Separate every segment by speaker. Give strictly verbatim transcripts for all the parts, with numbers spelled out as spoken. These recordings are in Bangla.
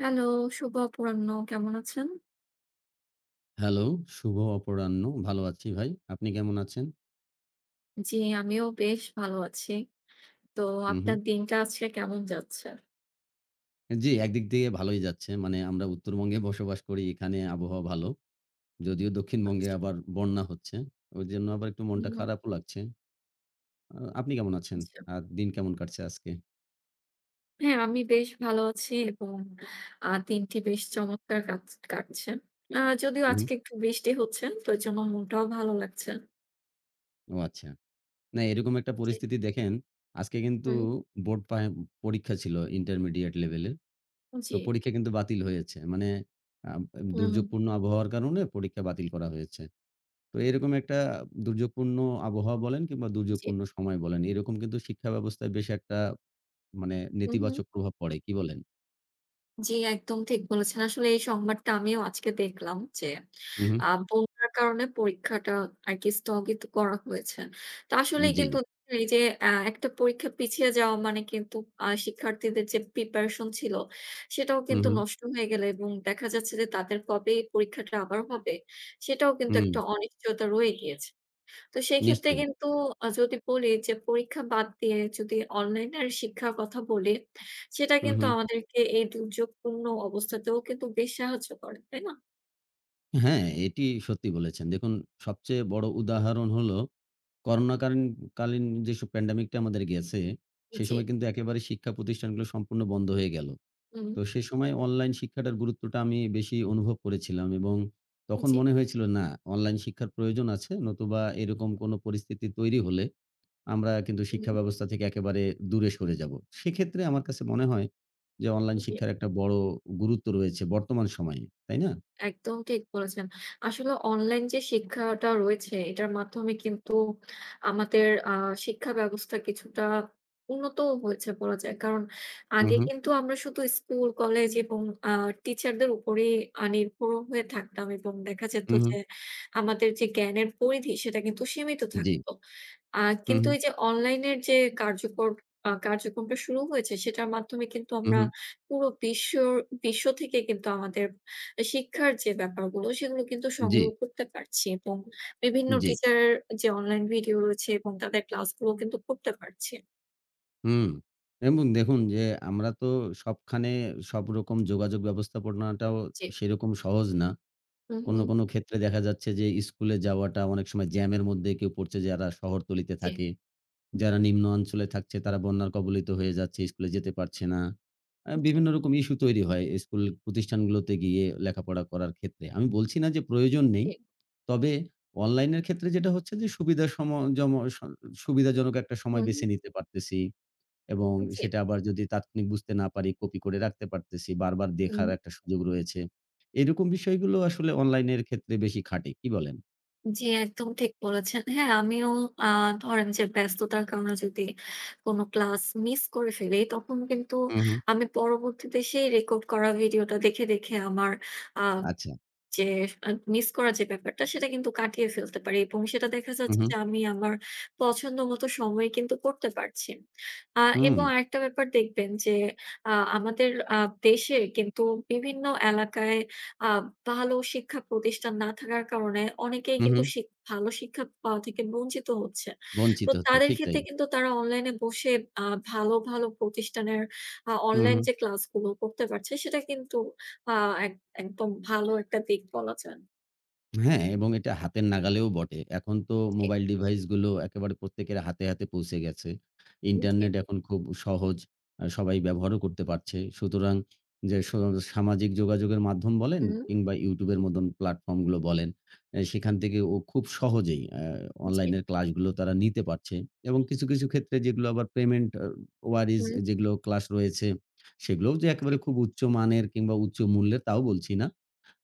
Speaker 1: হ্যালো, শুভ অপরাহ্ন। কেমন আছেন?
Speaker 2: হ্যালো, শুভ অপরাহ্ন। ভালো আছি ভাই। আপনি কেমন আছেন?
Speaker 1: জি, আমিও বেশ ভালো আছি। তো
Speaker 2: হু, হু।
Speaker 1: আপনার দিনটা আজকে কেমন যাচ্ছে?
Speaker 2: জি, একদিক দিয়ে ভালোই যাচ্ছে। মানে আমরা উত্তরবঙ্গে বসবাস করি। এখানে আবহাওয়া ভালো। যদিও দক্ষিণবঙ্গে
Speaker 1: আচ্ছা।
Speaker 2: আবার বন্যা হচ্ছে। ওইজন্য আবার একটু মনটা
Speaker 1: হুম,
Speaker 2: খারাপও লাগছে। আ আপনি কেমন আছেন?
Speaker 1: আচ্ছা।
Speaker 2: আর দিন কেমন কাটছে আজকে?
Speaker 1: হ্যাঁ, আমি বেশ ভালো আছি এবং আ দিনটি বেশ চমৎকার কাট কাটছে। আ যদিও
Speaker 2: হু, হু।
Speaker 1: আজকে একটু বৃষ্টি হচ্ছে, তো এর জন্য মনটাও ভালো লাগছে।
Speaker 2: ও আচ্ছা। না এরকম একটা
Speaker 1: জি।
Speaker 2: পরিস্থিতি দেখেন, আজকে কিন্তু
Speaker 1: হুম,
Speaker 2: বোর্ড পায় পরীক্ষা ছিল ইন্টারমিডিয়েট লেভেলের।
Speaker 1: জি,
Speaker 2: তো পরীক্ষা কিন্তু বাতিল হয়েছে। মানে আ
Speaker 1: হুম,
Speaker 2: দুর্যোগপূর্ণ আবহাওয়ার কারণে পরীক্ষা বাতিল করা হয়েছে। তো এরকম একটা দুর্যোগপূর্ণ আবহাওয়া বলেন কিংবা
Speaker 1: জি।
Speaker 2: দুর্যোগপূর্ণ সময় বলেন, এরকম কিন্তু শিক্ষা ব্যবস্থায় বেশ একটা মানে
Speaker 1: উহু।
Speaker 2: নেতিবাচক প্রভাব পড়ে। কি বলেন?
Speaker 1: জি, একদম ঠিক বলেছেন। আসলে এই সংবাদটা আমিও আজকে দেখলাম যে
Speaker 2: হু, হু।
Speaker 1: আ বন্যার কারণে পরীক্ষাটা আরকি স্থগিত করা হয়েছে। তো আসলেই
Speaker 2: জি।
Speaker 1: কিন্তু এই যে আ একটা পরীক্ষা পিছিয়ে যাওয়া মানে কিন্তু আ শিক্ষার্থীদের যে প্রিপারেশন ছিল সেটাও
Speaker 2: হু,
Speaker 1: কিন্তু
Speaker 2: হু।
Speaker 1: নষ্ট হয়ে গেলে এবং দেখা যাচ্ছে যে তাদের কবে এই পরীক্ষাটা আবার হবে সেটাও কিন্তু
Speaker 2: হুম,
Speaker 1: একটা অনিশ্চয়তা রয়ে গিয়েছে। তো সেক্ষেত্রে
Speaker 2: নিশ্চয়ই।
Speaker 1: কিন্তু আ যদি বলি যে পরীক্ষা বাদ দিয়ে যদি অনলাইন আর শিক্ষার কথা বলি, সেটা
Speaker 2: হু,
Speaker 1: কিন্তু
Speaker 2: হু।
Speaker 1: আমাদেরকে এই দুর্যোগপূর্ণ অবস্থাতেও কিন্তু বেশ সাহায্য করে, তাই না?
Speaker 2: হ্যাঁ, এটি সত্যি বলেছেন। দেখুন সবচেয়ে বড় উদাহরণ হলো করোনাকালীন কালীন যেসব প্যান্ডেমিকটা আমাদের গেছে, সে
Speaker 1: জি,
Speaker 2: সময় কিন্তু একেবারে শিক্ষা প্রতিষ্ঠানগুলো সম্পূর্ণ বন্ধ হয়ে গেল।
Speaker 1: হুম,
Speaker 2: তো সে সময় অনলাইন শিক্ষাটার গুরুত্বটা আমি বেশি অনুভব করেছিলাম এবং তখন
Speaker 1: জি।
Speaker 2: মনে হয়েছিল না অনলাইন শিক্ষার প্রয়োজন আছে নতুবা এরকম কোনো পরিস্থিতি তৈরি হলে আমরা কিন্তু শিক্ষা
Speaker 1: হুম,
Speaker 2: ব্যবস্থা থেকে একেবারে দূরে সরে যাব। সেক্ষেত্রে আমার কাছে মনে হয় যে অনলাইন
Speaker 1: জি।
Speaker 2: শিক্ষার একটা বড় গুরুত্ব রয়েছে বর্তমান সময়ে, তাই না?
Speaker 1: একদম ঠিক বলেছেন। আসলে অনলাইন যে শিক্ষাটা রয়েছে এটার মাধ্যমে কিন্তু আমাদের আ শিক্ষা ব্যবস্থা কিছুটা উন্নতও হয়েছে বলা যায়। কারণ
Speaker 2: হু,
Speaker 1: আগে
Speaker 2: হু,
Speaker 1: কিন্তু আমরা শুধু স্কুল, কলেজ এবং আ টিচারদের উপরেই আ নির্ভর হয়ে থাকতাম এবং দেখা যেত
Speaker 2: হু, হু।
Speaker 1: যে আমাদের যে জ্ঞানের পরিধি সেটা কিন্তু সীমিত
Speaker 2: জি।
Speaker 1: থাকতো। আ
Speaker 2: হু,
Speaker 1: কিন্তু
Speaker 2: হু,
Speaker 1: এই যে অনলাইনের যে কার্যকর আ কার্যক্রমটা শুরু হয়েছে সেটার মাধ্যমে কিন্তু
Speaker 2: হু,
Speaker 1: আমরা
Speaker 2: হু।
Speaker 1: পুরো বিশ্বর বিশ্ব থেকে কিন্তু আমাদের শিক্ষার যে ব্যাপারগুলো সেগুলো কিন্তু
Speaker 2: জি,
Speaker 1: সংগ্রহ করতে পারছি এবং বিভিন্ন
Speaker 2: জি।
Speaker 1: টিচার যে অনলাইন ভিডিও রয়েছে এবং তাদের ক্লাসগুলো কিন্তু করতে পারছি।
Speaker 2: হুম। এবং দেখুন যে আমরা তো সবখানে সব রকম যোগাযোগ ব্যবস্থাপনাটাও
Speaker 1: জি।
Speaker 2: সেরকম সহজ না।
Speaker 1: হুম,
Speaker 2: কোনো,
Speaker 1: হুম।
Speaker 2: কোনো ক্ষেত্রে দেখা যাচ্ছে যে স্কুলে যাওয়াটা অনেক সময় জ্যামের মধ্যে কেউ পড়ছে যারা শহরতলিতে
Speaker 1: জি,
Speaker 2: থাকে। যারা নিম্ন অঞ্চলে থাকছে তারা বন্যার কবলিত হয়ে যাচ্ছে, স্কুলে যেতে পারছে না। আ
Speaker 1: জি,
Speaker 2: বিভিন্ন রকম ইস্যু তৈরি হয় স্কুল প্রতিষ্ঠানগুলোতে গিয়ে লেখাপড়া করার ক্ষেত্রে। আমি বলছি না যে প্রয়োজন নেই।
Speaker 1: জি।
Speaker 2: তবে অনলাইনের ক্ষেত্রে যেটা হচ্ছে যে সুবিধা সম জম স সুবিধাজনক একটা
Speaker 1: হুম,
Speaker 2: সময় বেছে
Speaker 1: হুম।
Speaker 2: নিতে পারতেছি। এবং
Speaker 1: জি।
Speaker 2: সেটা আবার যদি তাৎক্ষণিক বুঝতে না পারি কপি করে রাখতে পারতেছি। বারবার
Speaker 1: হুম।
Speaker 2: দেখার একটা সুযোগ রয়েছে। এরকম বিষয়গুলো আসলে অনলাইনের ক্ষেত্রে বেশি খাটে। কি বলেন?
Speaker 1: জি, একদম ঠিক বলেছেন। হ্যাঁ, আমিও আ ধরেন যে ব্যস্ততার কারণে যদি কোনো ক্লাস মিস করে ফেলি তখন কিন্তু
Speaker 2: হু, হু।
Speaker 1: আমি পরবর্তীতে সেই রেকর্ড করা ভিডিওটা দেখে, দেখে আমার আ
Speaker 2: আচ্ছা।
Speaker 1: যে আ মিস করার যে ব্যাপারটা সেটা কিন্তু কাটিয়ে ফেলতে পারি এবং সেটা দেখা
Speaker 2: হু,
Speaker 1: যাচ্ছে
Speaker 2: হু।
Speaker 1: যে আমি আমার পছন্দ মতো সময়ে কিন্তু করতে পারছি। আ
Speaker 2: হুম।
Speaker 1: এবং আরেকটা ব্যাপার দেখবেন যে আ আমাদের আ দেশে কিন্তু বিভিন্ন এলাকায় আ ভালো শিক্ষা প্রতিষ্ঠান না থাকার কারণে অনেকেই
Speaker 2: হু, হু।
Speaker 1: কিন্তু শিক ভালো শিক্ষা পাওয়া থেকে বঞ্চিত হচ্ছে। তো
Speaker 2: বঞ্চিত হচ্ছে।
Speaker 1: তাদের
Speaker 2: ঠিক
Speaker 1: ক্ষেত্রে
Speaker 2: তাই।
Speaker 1: কিন্তু তারা অনলাইনে বসে আ ভালো, ভালো প্রতিষ্ঠানের আ
Speaker 2: হু,
Speaker 1: অনলাইন
Speaker 2: হু।
Speaker 1: যে ক্লাসগুলো করতে পারছে সেটা কিন্তু আ এক একদম ভালো একটা দিক বলা যায়।
Speaker 2: হ্যাঁ, এবং এটা হাতের নাগালেও বটে। এখন তো
Speaker 1: জি,
Speaker 2: মোবাইল ডিভাইসগুলো একেবারে প্রত্যেকের হাতে, হাতে পৌঁছে গেছে।
Speaker 1: জি,
Speaker 2: ইন্টারনেট এখন খুব সহজ। আ সবাই ব্যবহারও করতে পারছে। সুতরাং যে স সামাজিক যোগাযোগের মাধ্যম বলেন
Speaker 1: হুম,
Speaker 2: কিংবা YouTube এর মতন প্ল্যাটফর্মগুলো বলেন, অ্যা সেখান থেকে ও খুব সহজেই অ্যা
Speaker 1: জি,
Speaker 2: অনলাইনের ক্লাসগুলো তারা নিতে পারছে। এবং কিছু, কিছু ক্ষেত্রে যেগুলো আবার পেমেন্ট আ ওয়ারিজ
Speaker 1: হুম,
Speaker 2: যেগুলো ক্লাস রয়েছে, সেগুলোও যে
Speaker 1: জি,
Speaker 2: একেবারে খুব উচ্চমানের কিংবা উচ্চ মূল্যের তাও বলছি না।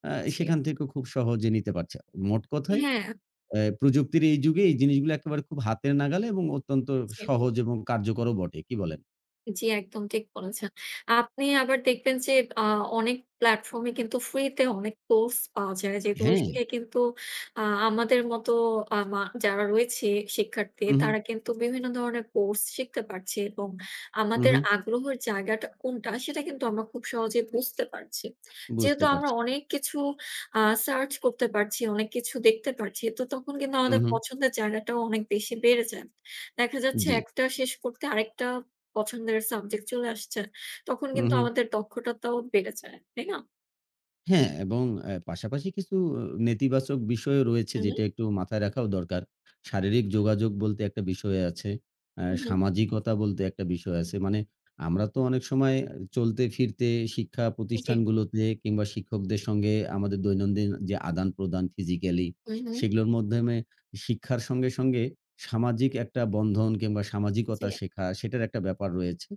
Speaker 2: আ
Speaker 1: জি।
Speaker 2: সেখান থেকেও খুব সহজে নিতে পারছে। মোট কথায়
Speaker 1: হ্যাঁ।
Speaker 2: অ্যা প্রযুক্তির এই যুগে এই জিনিসগুলো একেবারে খুব হাতের নাগালে এবং অত্যন্ত সহজ এবং কার্যকরও বটে। কি বলেন?
Speaker 1: জি, একদম ঠিক বলেছেন। আপনি আবার দেখবেন যে আ অনেক প্ল্যাটফর্মে কিন্তু ফ্রি তে অনেক কোর্স পাওয়া যায় যেগুলো
Speaker 2: হ্যাঁ।
Speaker 1: শিখে কিন্তু আ আমাদের মতো আমা যারা রয়েছে শিক্ষার্থী
Speaker 2: হু, হু,
Speaker 1: তারা কিন্তু বিভিন্ন ধরনের কোর্স শিখতে পারছে এবং
Speaker 2: হু,
Speaker 1: আমাদের
Speaker 2: হু।
Speaker 1: আগ্রহের জায়গাটা কোনটা সেটা কিন্তু আমরা খুব সহজে বুঝতে পারছি। যেহেতু
Speaker 2: বুঝতে
Speaker 1: আমরা
Speaker 2: পারছি।
Speaker 1: অনেক কিছু আ সার্চ করতে পারছি, অনেক কিছু দেখতে পারছি তো তখন কিন্তু
Speaker 2: হু,
Speaker 1: আমাদের
Speaker 2: হু।
Speaker 1: পছন্দের জায়গাটাও অনেক বেশি বেড়ে যায়। দেখা যাচ্ছে
Speaker 2: জি।
Speaker 1: একটা শেষ করতে আরেকটা পছন্দের সাবজেক্ট চলে আসছে, তখন
Speaker 2: হু,
Speaker 1: কিন্তু
Speaker 2: হু।
Speaker 1: আমাদের দক্ষতাটাও বেড়ে যায়। তাই না?
Speaker 2: হ্যাঁ, এবং অ্যা পাশাপাশি কিছু অ নেতিবাচক বিষয়ও রয়েছে
Speaker 1: হু,
Speaker 2: যেটা একটু মাথায় রাখাও দরকার। শারীরিক যোগাযোগ বলতে একটা বিষয় আছে। অ্যা
Speaker 1: হু, হু,
Speaker 2: সামাজিকতা বলতে একটা বিষয় আছে। মানে আমরা তো অনেক সময় চলতে ফিরতে শিক্ষা
Speaker 1: জি,
Speaker 2: প্রতিষ্ঠানগুলোতে কিংবা শিক্ষকদের সঙ্গে আমাদের দৈনন্দিন যে আদান-প্রদান ফিজিক্যালি
Speaker 1: হু, হু,
Speaker 2: সেগুলোর মাধ্যমে শিক্ষার সঙ্গে, সঙ্গে সামাজিক একটা বন্ধন কিংবা
Speaker 1: জি,
Speaker 2: সামাজিকতা শেখা সেটার একটা ব্যাপার রয়েছে।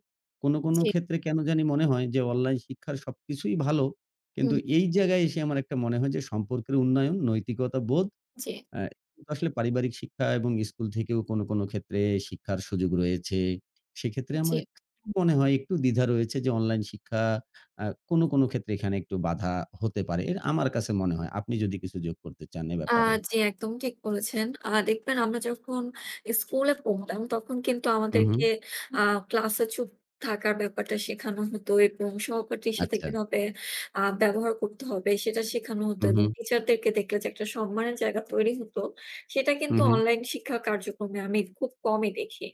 Speaker 2: কোন, কোন
Speaker 1: জি,
Speaker 2: ক্ষেত্রে কেন জানি মনে হয় যে অনলাইন শিক্ষার সবকিছুই ভালো। কিন্তু
Speaker 1: হুম,
Speaker 2: এই জায়গায় এসে আমার একটা মনে হয় যে সম্পর্কের উন্নয়ন, নৈতিকতা বোধ
Speaker 1: জি,
Speaker 2: আ আসলে পারিবারিক শিক্ষা এবং স্কুল থেকেও কোনো, কোনো ক্ষেত্রে শিক্ষার সুযোগ রয়েছে। সেক্ষেত্রে
Speaker 1: জি।
Speaker 2: আমার একটু মনে হয় একটু দ্বিধা রয়েছে যে অনলাইন শিক্ষা আ কোনো, কোনো ক্ষেত্রে এখানে একটু বাধা হতে পারে। এর আমার কাছে মনে হয়। আপনি যদি কিছু যোগ করতে চান এ
Speaker 1: আ
Speaker 2: ব্যাপারে?
Speaker 1: জি, একদম ঠিক বলেছেন। আ দেখবেন আমরা যখন স্কুলে পড়তাম তখন কিন্তু
Speaker 2: হু, হু।
Speaker 1: আমাদেরকে আ ক্লাসে চুপ থাকার ব্যাপারটা শেখানো হতো এবং সহপাঠীর সাথে
Speaker 2: আচ্ছা।
Speaker 1: কিভাবে আ ব্যবহার করতে হবে সেটা শেখানো হতো
Speaker 2: হু, হু।
Speaker 1: এবং টিচারদেরকে দেখলে যে একটা সম্মানের জায়গা তৈরি হতো, সেটা
Speaker 2: হু,
Speaker 1: কিন্তু
Speaker 2: হু।
Speaker 1: অনলাইন শিক্ষা কার্যক্রমে আমি খুব কমই দেখি।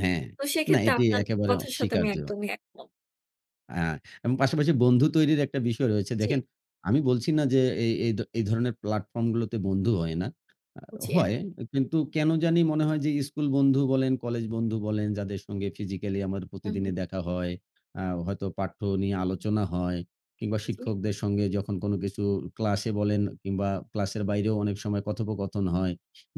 Speaker 2: হ্যাঁ।
Speaker 1: তো
Speaker 2: না
Speaker 1: সেক্ষেত্রে
Speaker 2: এটি
Speaker 1: আপনার
Speaker 2: একেবারে অ
Speaker 1: কথার সাথে আমি
Speaker 2: স্বীকার্য।
Speaker 1: একদমই একমত।
Speaker 2: হ্যাঁ, এবং পাশাপাশি বন্ধু তৈরির একটা বিষয় রয়েছে।
Speaker 1: জি,
Speaker 2: দেখেন, আমি বলছি না যে এই এই দ এই ধরনের প্ল্যাটফর্ম গুলোতে বন্ধু হয় না। আ
Speaker 1: জি।
Speaker 2: হয়। কিন্তু কেন জানি মনে হয় যে স্কুল বন্ধু বলেন, কলেজ বন্ধু বলেন, যাদের সঙ্গে ফিজিক্যালি আমার
Speaker 1: হুম, হুম।
Speaker 2: প্রতিদিনই দেখা হয়, আ হয়তো পাঠ্য নিয়ে আলোচনা হয় কিংবা
Speaker 1: জি,
Speaker 2: শিক্ষকদের সঙ্গে যখন কোনো কিছু ক্লাসে বলেন কিংবা ক্লাসের বাইরেও অনেক সময় কথোপকথন হয়।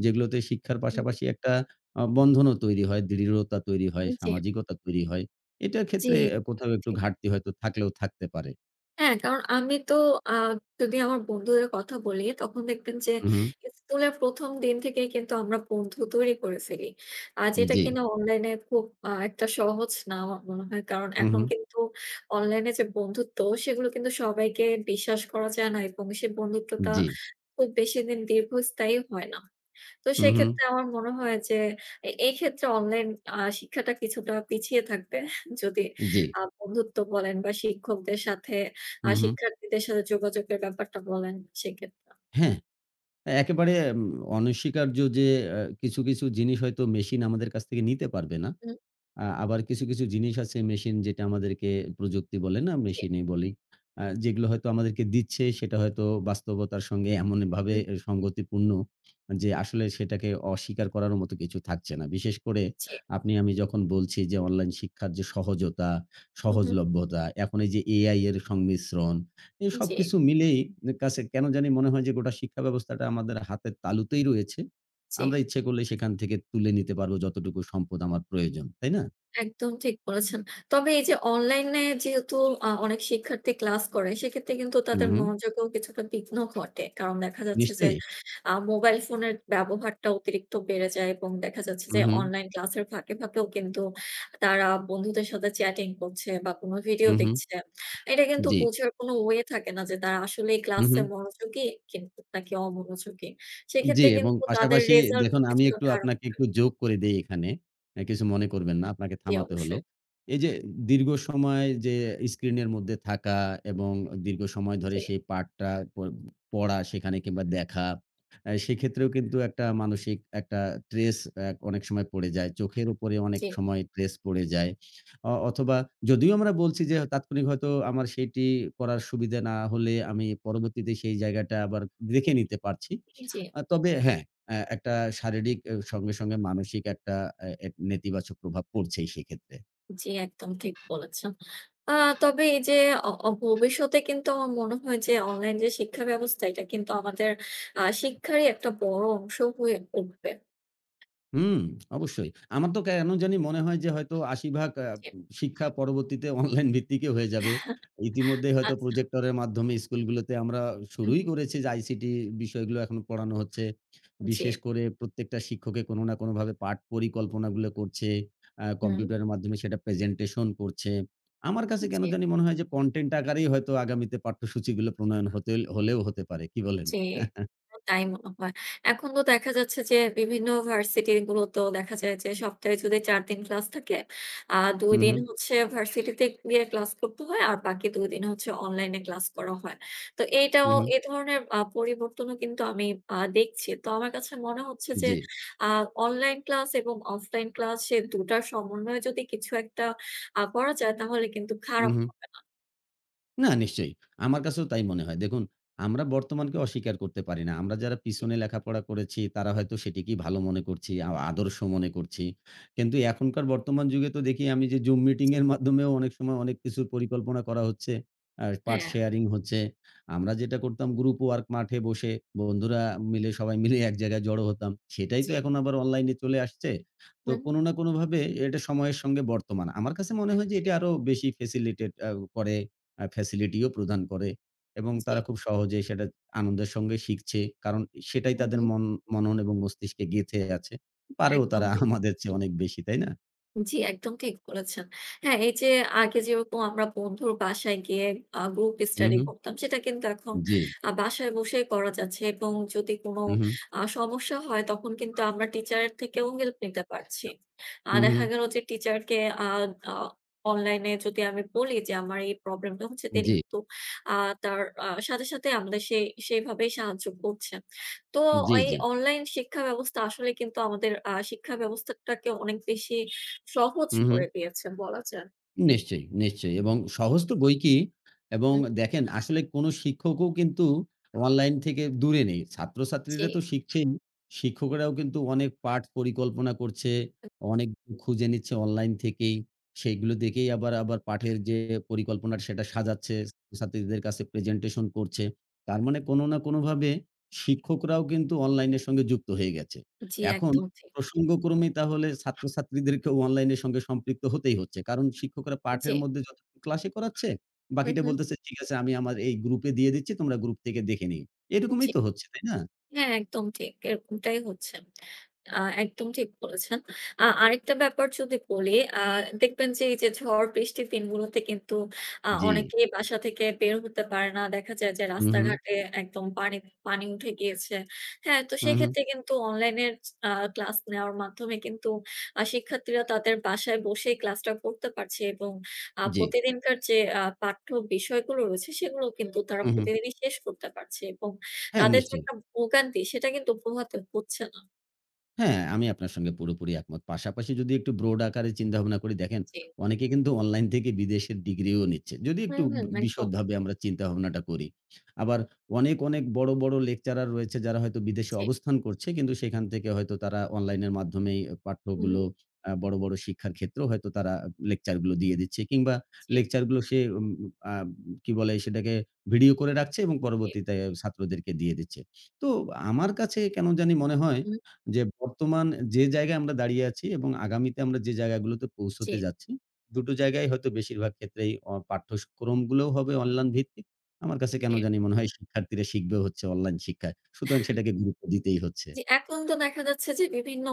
Speaker 2: যেগুলোতে শিক্ষার
Speaker 1: হুম।
Speaker 2: পাশাপাশি একটা আ বন্ধনও তৈরি হয়, দৃঢ়তা তৈরি হয়,
Speaker 1: জি,
Speaker 2: সামাজিকতা তৈরি হয়। এটার
Speaker 1: জি,
Speaker 2: ক্ষেত্রে এ কোথাও
Speaker 1: জি।
Speaker 2: একটু ঘাটতি হয়তো থাকলেও থাকতে পারে।
Speaker 1: হ্যাঁ, কারণ আমি তো আ যদি আমার বন্ধুদের কথা বলি, তখন দেখবেন যে
Speaker 2: হুম, হুম।
Speaker 1: স্কুলের প্রথম দিন থেকেই কিন্তু আমরা বন্ধু তৈরি করে ফেলি। আ যেটা
Speaker 2: জি,
Speaker 1: কিনা অনলাইনে খুব আ একটা সহজ না আমার মনে হয়। কারণ
Speaker 2: হুম,
Speaker 1: এখন
Speaker 2: হুম।
Speaker 1: কিন্তু অনলাইনে যে বন্ধুত্ব, সেগুলো কিন্তু সবাইকে বিশ্বাস করা যায় না এবং সে বন্ধুত্বটা
Speaker 2: জি,
Speaker 1: খুব বেশিদিন দীর্ঘস্থায়ী হয় না। তো
Speaker 2: হুম, হুম।
Speaker 1: সেক্ষেত্রে আমার মনে হয় যে এ এই ক্ষেত্রে অনলাইন আ শিক্ষাটা কিছুটা পিছিয়ে থাকবে। যদি
Speaker 2: জি।
Speaker 1: আ বন্ধুত্ব বলেন বা শিক্ষকদের সাথে আ
Speaker 2: হুম, হুম।
Speaker 1: শিক্ষার্থীদের সাথে যোগাযোগের ব্যাপারটা বলেন সেক্ষেত্রে।
Speaker 2: হ্যাঁ, একেবারে উম অনস্বীকার্য যে, আ কিছু, কিছু জিনিস হয়তো মেশিন আমাদের কাছ থেকে নিতে পারবে না।
Speaker 1: হুম,
Speaker 2: আ আবার কিছু, কিছু জিনিস আছে মেশিন যেটা আমাদেরকে প্রযুক্তি বলে না,
Speaker 1: জি,
Speaker 2: মেশিনই বলি। আ যেগুলো হয়তো আমাদেরকে দিচ্ছে সেটা হয়তো বাস্তবতার সঙ্গে এমনভাবে
Speaker 1: হুম,
Speaker 2: এ সঙ্গতিপূর্ণ যে আসলে সেটাকে অস্বীকার করারও মতো কিছু থাকছে না। বিশেষ করে
Speaker 1: জি,
Speaker 2: আপনি আমি যখন বলছি যে অনলাইন শিক্ষার যে সহজতা,
Speaker 1: হুম, হুম,
Speaker 2: সহজলভ্যতা, এখন এই যে এ আই এর সংমিশ্রণ, এই
Speaker 1: জি,
Speaker 2: সবকিছু মিলেই কাছে কেন জানি মনে হয় যে গোটা শিক্ষা ব্যবস্থাটা আমাদের হাতের তালুতেই রয়েছে।
Speaker 1: জি।
Speaker 2: আমরা ইচ্ছে করলে সেখান থেকে তুলে নিতে পারবো যতটুকু সম্পদ আমার প্রয়োজন। তাই না?
Speaker 1: একদম ঠিক বলেছেন। তবে এই যে অনলাইনে যেহেতু আ অনেক শিক্ষার্থী ক্লাস করে, সেক্ষেত্রে কিন্তু
Speaker 2: হু,
Speaker 1: তাদের
Speaker 2: হু।
Speaker 1: মনোযোগেও কিছুটা বিঘ্ন ঘটে। কারণ দেখা যাচ্ছে যে
Speaker 2: নিশ্চয়ই।
Speaker 1: আ মোবাইল ফোনের ব্যবহারটা অতিরিক্ত বেড়ে যায় এবং দেখা যাচ্ছে
Speaker 2: হু,
Speaker 1: যে
Speaker 2: হু,
Speaker 1: অনলাইন ক্লাসের ফাঁকে, ফাঁকেও কিন্তু তারা বন্ধুদের সাথে চ্যাটিং করছে বা কোনো ভিডিও
Speaker 2: হু, হু।
Speaker 1: দেখছে। এটা কিন্তু
Speaker 2: জি।
Speaker 1: বোঝার কোনো ওয়ে থাকে না যে তারা আসলেই
Speaker 2: হু, হু।
Speaker 1: ক্লাসে মনোযোগী কিন্তু নাকি অমনোযোগী।
Speaker 2: জি,
Speaker 1: সেক্ষেত্রে
Speaker 2: এবং
Speaker 1: কিন্তু তাদের
Speaker 2: পাশাপাশি
Speaker 1: রেজাল্টও
Speaker 2: দেখুন আমি
Speaker 1: কিছুটা
Speaker 2: একটু
Speaker 1: খারাপ
Speaker 2: আপনাকে একটু যোগ করে দেই এখানে। অ্যা কিছু মনে করবেন না। আপনাকে
Speaker 1: জি
Speaker 2: থামাতে হলো।
Speaker 1: অবশ্যই।
Speaker 2: এই যে দীর্ঘ সময় যে স্ক্রিনের মধ্যে থাকা এবং দীর্ঘ সময় ধরে
Speaker 1: জি,
Speaker 2: সেই পাঠটা প পড়া সেখানে কিংবা দেখা, অ্যা সেক্ষেত্রেও কিন্তু একটা মানসিক একটা ট্রেস অ্যা অনেক সময় পড়ে যায়। চোখের উপরে অনেক
Speaker 1: জি,
Speaker 2: সময় ট্রেস পড়ে যায়। অ অথবা যদিও আমরা বলছি যে তাৎক্ষণিক হয়তো আমার সেটি করার সুবিধা না হলে আমি পরবর্তীতে সেই জায়গাটা আবার দেখে নিতে পারছি।
Speaker 1: জি।
Speaker 2: আ তবে হ্যাঁ, অ্যা একটা শারীরিক এ সঙ্গে, সঙ্গে মানসিক একটা এ এ নেতিবাচক প্রভাব পড়ছেই সেক্ষেত্রে।
Speaker 1: জি, একদম ঠিক বলেছেন। আ তবে এই যে অ অ ভবিষ্যতে কিন্তু আমার মনে হয় যে অনলাইন যে শিক্ষা ব্যবস্থা এটা কিন্তু আমাদের আ শিক্ষারই একটা বড় অংশ হয়ে উঠবে।
Speaker 2: হুম, অবশ্যই। আমার তো কেন জানি মনে হয় যে হয়তো আশি ভাগ আ
Speaker 1: জি,
Speaker 2: শিক্ষা পরবর্তীতে অনলাইন ভিত্তিকই হয়ে যাবে। ইতিমধ্যেই হয়তো
Speaker 1: আচ্ছা,
Speaker 2: প্রজেক্টরের মাধ্যমে স্কুলগুলোতে আমরা শুরুই
Speaker 1: হুম,
Speaker 2: করেছি যে আইসিটি বিষয়গুলো এখন পড়ানো হচ্ছে।
Speaker 1: জি,
Speaker 2: বিশেষ করে প্রত্যেকটা শিক্ষকে কোনো না কোনোভাবে পাঠ পরিকল্পনাগুলো করছে। আ
Speaker 1: হুম,
Speaker 2: কম্পিউটারের মাধ্যমে সেটা প্রেজেন্টেশন করছে। আমার কাছে কেন
Speaker 1: জি।
Speaker 2: জানি মনে হয় যে কনটেন্ট আকারেই হয়তো আগামীতে পাঠ্যসূচিগুলো প্রণয়ন হতে হলেও হতে পারে। কি বলেন?
Speaker 1: জি, তাই মনে হয়। এখন তো দেখা যাচ্ছে যে বিভিন্ন ভার্সিটি গুলোতেও দেখা যায় যে সপ্তাহে যদি চার দিন ক্লাস থাকে, আ দুই
Speaker 2: হু,
Speaker 1: দিন
Speaker 2: হু,
Speaker 1: হচ্ছে ভার্সিটিতে গিয়ে ক্লাস করতে হয় আর বাকি দুই দিন হচ্ছে অনলাইনে ক্লাস করা হয়। তো
Speaker 2: হু,
Speaker 1: এইটাও
Speaker 2: হু।
Speaker 1: এ ধরনের আ পরিবর্তনও কিন্তু আমি আ দেখছি। তো আমার কাছে মনে হচ্ছে যে
Speaker 2: জি।
Speaker 1: আ অনলাইন ক্লাস এবং অফলাইন ক্লাস সে দুই টার সমন্বয়ে যদি কিছু একটা আ করা যায় তাহলে কিন্তু
Speaker 2: হু,
Speaker 1: খারাপ
Speaker 2: হু। না, নিশ্চয়ই। আমার কাছেও তাই মনে হয়। দেখুন, আমরা বর্তমানকে অস্বীকার করতে পারি না। আমরা যারা
Speaker 1: হচ্ছে
Speaker 2: পিছনে লেখাপড়া করেছি, তারা হয়তো সেটিকেই ভালো মনে করছি, আ আদর্শ মনে করছি। কিন্তু এখনকার বর্তমান যুগে তো দেখি আমি যে জুম মিটিং
Speaker 1: জি,
Speaker 2: এর
Speaker 1: জি,
Speaker 2: মাধ্যমেও অনেক সময় অনেক কিছুর পরিকল্পনা করা হচ্ছে। আ পার্ট
Speaker 1: হ্যাঁ,
Speaker 2: শেয়ারিং হচ্ছে। আমরা যেটা করতাম গ্রুপ ওয়ার্ক মাঠে বসে বন্ধুরা মিলে সবাই মিলে এক জায়গায় জড়ো হতাম। সেটাই
Speaker 1: জি,
Speaker 2: তো এখন আবার অনলাইনে চলে আসছে। তো
Speaker 1: হুম,
Speaker 2: কোনো না কোনোভাবে এটা সময়ের সঙ্গে বর্তমান। আমার কাছে মনে হয় যে
Speaker 1: জি,
Speaker 2: এটা আরো বেশি ফেসিলিটেট আ করে আ ফ্যাসিলিটিও প্রদান করে এবং
Speaker 1: জি,
Speaker 2: তারা খুব সহজেই সেটা আনন্দের সঙ্গে শিখছে। কারণ সেটাই
Speaker 1: হুম,
Speaker 2: তাদের
Speaker 1: হুম।
Speaker 2: মন মনন এবং মস্তিষ্কে গেঁথে আছে। পারেও
Speaker 1: একদম
Speaker 2: তারা
Speaker 1: ঠিক
Speaker 2: আমাদের
Speaker 1: বলেছেন।
Speaker 2: চেয়ে অনেক বেশি, তাই না?
Speaker 1: জি, একদম ঠিক বলেছেন। হ্যাঁ, এই যে আগে যেরকম আমরা বন্ধুর বাসায় গিয়ে আ গ্রুপ
Speaker 2: হু,
Speaker 1: স্টাডি
Speaker 2: হু।
Speaker 1: করতাম, সেটা কিন্তু এখন
Speaker 2: জি।
Speaker 1: আ বাসায় বসেই করা যাচ্ছে এবং যদি কোনো
Speaker 2: হু, হু।
Speaker 1: আ সমস্যা হয় তখন কিন্তু আমরা টিচারের থেকেও হেল্প নিতে পারছি। আ
Speaker 2: হু, হু।
Speaker 1: দেখা গেল যে টিচারকে আ আ অনলাইনে যদি আমি বলি যে আমার এই প্রবলেমটা হচ্ছে, তিনি
Speaker 2: জি,
Speaker 1: কিন্তু আ তার আ সাথে, সাথে আমাদের সেই সেইভাবেই সাহায্য করছেন। তো
Speaker 2: জি,
Speaker 1: এই
Speaker 2: জি।
Speaker 1: অনলাইন শিক্ষা ব্যবস্থা আসলে কিন্তু আমাদের আ শিক্ষা ব্যবস্থাটাকে অনেক বেশি সহজ
Speaker 2: হু, হু।
Speaker 1: করে দিয়েছে বলা যায়।
Speaker 2: নিশ্চয়ই, নিশ্চয়ই এবং সহজ তো বই কি এবং
Speaker 1: হুম,
Speaker 2: দেখেন আসলে কোন শিক্ষকও কিন্তু অনলাইন থেকে দূরে নেই।
Speaker 1: জি,
Speaker 2: ছাত্রছাত্রীরা তো শিখছেই, শিক্ষকেরাও কিন্তু অনেক পাঠ পরিকল্পনা করছে, অনেক খুঁজে নিচ্ছে অনলাইন থেকেই। সেইগুলো দেখেই আবার, আবার পাঠের যে পরিকল্পনা সেটা
Speaker 1: জি,
Speaker 2: সাজাচ্ছে, ছাত্রীদের কাছে প্রেজেন্টেশন করছে। তার মানে কোন না কোনভাবে শিক্ষকরাও কিন্তু অনলাইনের সঙ্গে যুক্ত হয়ে গেছে।
Speaker 1: জি
Speaker 2: এখন
Speaker 1: একদম ঠিক।
Speaker 2: প্রসঙ্গক্রমে তাহলে ছাত্রছাত্রীদেরকেও অনলাইনের সঙ্গে সম্পৃক্ত হতেই হচ্ছে। কারণ শিক্ষকরা
Speaker 1: জি,
Speaker 2: পাঠের মধ্যে যতটুকু ক্লাসে করাচ্ছে,
Speaker 1: হু,
Speaker 2: বাকিটা
Speaker 1: হু,
Speaker 2: বলতেছে, "ঠিক আছে আমি আমার এই গ্রুপে দিয়ে দিচ্ছি, তোমরা গ্রুপ থেকে দেখে নিও।" এরকমই
Speaker 1: জি।
Speaker 2: তো হচ্ছে, তাই না?
Speaker 1: হ্যাঁ, একদম ঠিক। এরকমটাই হচ্ছে। আ একদম ঠিক বলেছেন। আ আরেকটা ব্যাপার যদি বলি, আ দেখবেন যে এই যে ঝড় বৃষ্টির দিনগুলোতে কিন্তু আ
Speaker 2: জি।
Speaker 1: অনেকেই বাসা থেকে বের হতে পারে না। দেখা যায় যে
Speaker 2: হু, হু।
Speaker 1: রাস্তাঘাটে একদম পানি পানি উঠে গিয়েছে। হ্যাঁ, তো
Speaker 2: হু, হু।
Speaker 1: সেক্ষেত্রে কিন্তু অনলাইনের আ ক্লাস নেওয়ার মাধ্যমে কিন্তু আ শিক্ষার্থীরা তাদের বাসায় বসেই ক্লাসটা করতে পারছে এবং আ
Speaker 2: জি।
Speaker 1: প্রতিদিনকার যে আ পাঠ্য বিষয়গুলো রয়েছে সেগুলো কিন্তু তারা
Speaker 2: হু, হু।
Speaker 1: প্রতিদিনই শেষ করতে পারছে এবং
Speaker 2: হ্যাঁ,
Speaker 1: তাদের যে
Speaker 2: নিশ্চয়ই।
Speaker 1: একটা ভোগান্তি সেটা কিন্তু পোহাতে হচ্ছে না।
Speaker 2: হ্যাঁ, আমি আপনার সঙ্গে পুরোপুরি একমত। পাশাপাশি যদি একটু ব্রড আকারে চিন্তাভাবনা করি দেখেন,
Speaker 1: জি।
Speaker 2: অনেকে কিন্তু অনলাইন থেকে বিদেশের ডিগ্রিও নিচ্ছে। যদি একটু
Speaker 1: হুম,
Speaker 2: বি
Speaker 1: হুম, একদম।
Speaker 2: বিশদভাবে আমরা চিন্তাভাবনাটা করি। আবার অনেক, অনেক বড়, বড় লেকচারার রয়েছে যারা হয়তো বিদেশে
Speaker 1: জি।
Speaker 2: অবস্থান করছে কিন্তু সেখান থেকে হয়তো তারা অনলাইনের মাধ্যমেই
Speaker 1: হুম,
Speaker 2: পাঠ্যগুলো আ বড়, বড় শিক্ষার ক্ষেত্রেও হয়তো তারা লেকচারগুলো দিয়ে দিচ্ছে কিংবা
Speaker 1: জি,
Speaker 2: লেকচারগুলো সে উম আ কি বলে সেটাকে ভিডিও করে রাখছে এবং
Speaker 1: জি,
Speaker 2: পরবর্তীতে ছাত্রদেরকে দিয়ে দিচ্ছে। তো আমার কাছে কেন জানি মনে হয়
Speaker 1: হুম,
Speaker 2: যে বর্তমান যে জায়গায় আমরা দাঁড়িয়ে আছি এবং আগামীতে আমরা যে জায়গাগুলোতে
Speaker 1: জি,
Speaker 2: পৌঁছতে যাচ্ছি, দুই টো জায়গায় হয়তো বেশিরভাগ ক্ষেত্রেই অ পাঠ্যক্রমগুলোও হবে অনলাইন ভিত্তিক। আমার কাছে
Speaker 1: জি।
Speaker 2: কেন জানি মনে হয় শিক্ষার্থীরা শিখবে হচ্ছে অনলাইন শিক্ষায়। সুতরাং সেটাকে গুরুত্ব দিতেই হচ্ছে।
Speaker 1: জি, এখন তো দেখা যাচ্ছে যে বিভিন্ন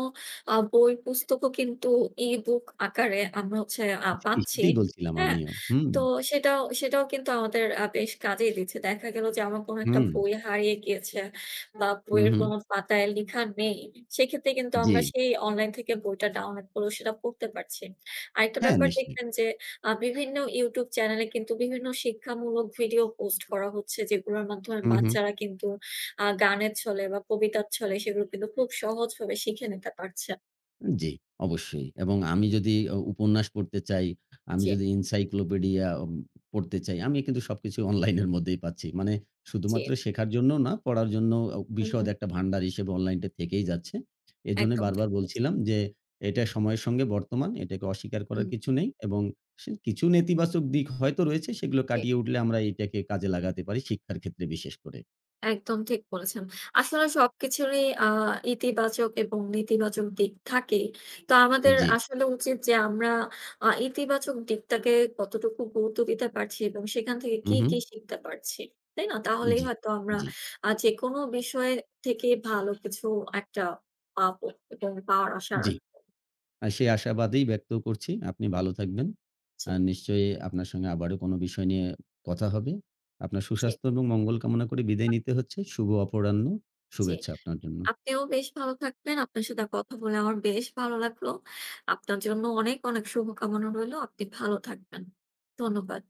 Speaker 1: আ বই পুস্তকও কিন্তু ই-বুক আকারে আমরা হচ্ছে আ
Speaker 2: জি,
Speaker 1: পাচ্ছি।
Speaker 2: সেটাই বলছিলাম
Speaker 1: হ্যাঁ?
Speaker 2: আমিও। হুম,
Speaker 1: তো সেটাও সেটাও কিন্তু আমাদের আ বেশ কাজেই দিচ্ছে। দেখা গেল যে আমার কোনো একটা
Speaker 2: হুম,
Speaker 1: বই হারিয়ে গিয়েছে বা
Speaker 2: হু,
Speaker 1: বইয়ের
Speaker 2: হু।
Speaker 1: কোনো পাতায় লিখা নেই। সেক্ষেত্রে কিন্তু
Speaker 2: জি।
Speaker 1: আমরা সেই অনলাইন থেকে বইটা ডাউনলোড করেও সেটা পড়তে পারছি। আরেকটা
Speaker 2: হ্যাঁ,
Speaker 1: ব্যাপার
Speaker 2: নিশ্চয়ই।
Speaker 1: দেখবেন যে আ বিভিন্ন ইউটিউব চ্যানেলে কিন্তু বিভিন্ন শিক্ষামূলক ভিডিও পোস্ট করা হচ্ছে যেগুলোর মাধ্যমে
Speaker 2: হু, হু।
Speaker 1: বাচ্চারা কিন্তু আ গানের ছলে বা কবিতার ছলে সেগুলো কিন্তু খুব সহজভাবে শিখে নিতে পারছে।
Speaker 2: জি, অবশ্যই। এবং আমি যদি উ উপন্যাস পড়তে চাই, আমি
Speaker 1: জি,
Speaker 2: যদি encyclopedia উম পড়তে চাই, আমি কিন্তু সবকিছু অনলাইনের মধ্যেই পাচ্ছি। মানে
Speaker 1: জি।
Speaker 2: শুধুমাত্র শেখার জন্য না, পড়ার জন্য আ
Speaker 1: হু, হু।
Speaker 2: বিশদ একটা ভান্ডার হিসেবে অনলাইনটা থেকেই যাচ্ছে। এজন্যই
Speaker 1: একদম ঠিক
Speaker 2: বারবার
Speaker 1: বলেছেন।
Speaker 2: বলছিলাম যে, এটা সময়ের সঙ্গে বর্তমান, এটাকে অস্বীকার করার
Speaker 1: হুম,
Speaker 2: কিছু নেই এবং সে কিছু নেতিবাচক দিক হয়তো রয়েছে, সেগুলো
Speaker 1: জি।
Speaker 2: কাটিয়ে উঠলে আমরা এটাকে কাজে লাগাতে পারি শিক্ষার ক্ষেত্রে বিশেষ করে।
Speaker 1: একদম ঠিক বলেছেন। আসলে সবকিছুরই আ ইতিবাচক এবং নেতিবাচক দিক থাকেই। তো আমাদের
Speaker 2: জি।
Speaker 1: আসলে উচিত যে আমরা আ ইতিবাচক দিকটাকে কতটুকু গুরুত্ব দিতে পারছি এবং সেখান থেকে কি,
Speaker 2: উহু,
Speaker 1: কি শিখতে পারছি। তাই না? তাহলেই
Speaker 2: জি,
Speaker 1: হয়তো আমরা
Speaker 2: জি,
Speaker 1: আ যেকোনো বিষয় থেকে ভালো কিছু একটা পাবো এবং পাওয়ার আশা
Speaker 2: জি। আ সেই আশাবাদেই ব্যক্ত করছি। আপনি ভালো থাকবেন।
Speaker 1: রাখছি।
Speaker 2: আ নিশ্চয়ই আপনার সঙ্গে আবারও কোনো বিষয় নিয়ে কথা হবে। আপনার
Speaker 1: জি,
Speaker 2: সুস্বাস্থ্য এবং মঙ্গল কামনা করে বিদায় নিতে হচ্ছে। শুভ অপরাহ্ন।
Speaker 1: জি।
Speaker 2: শুভেচ্ছা আপনার জন্য।
Speaker 1: আপনিও বেশ ভালো থাকবেন। আপনার সাথে কথা বলে আমার বেশ ভালো লাগলো। আপনার জন্য অনেক, অনেক শুভকামনা রইলো। আপনি ভালো থাকবেন। ধন্যবাদ।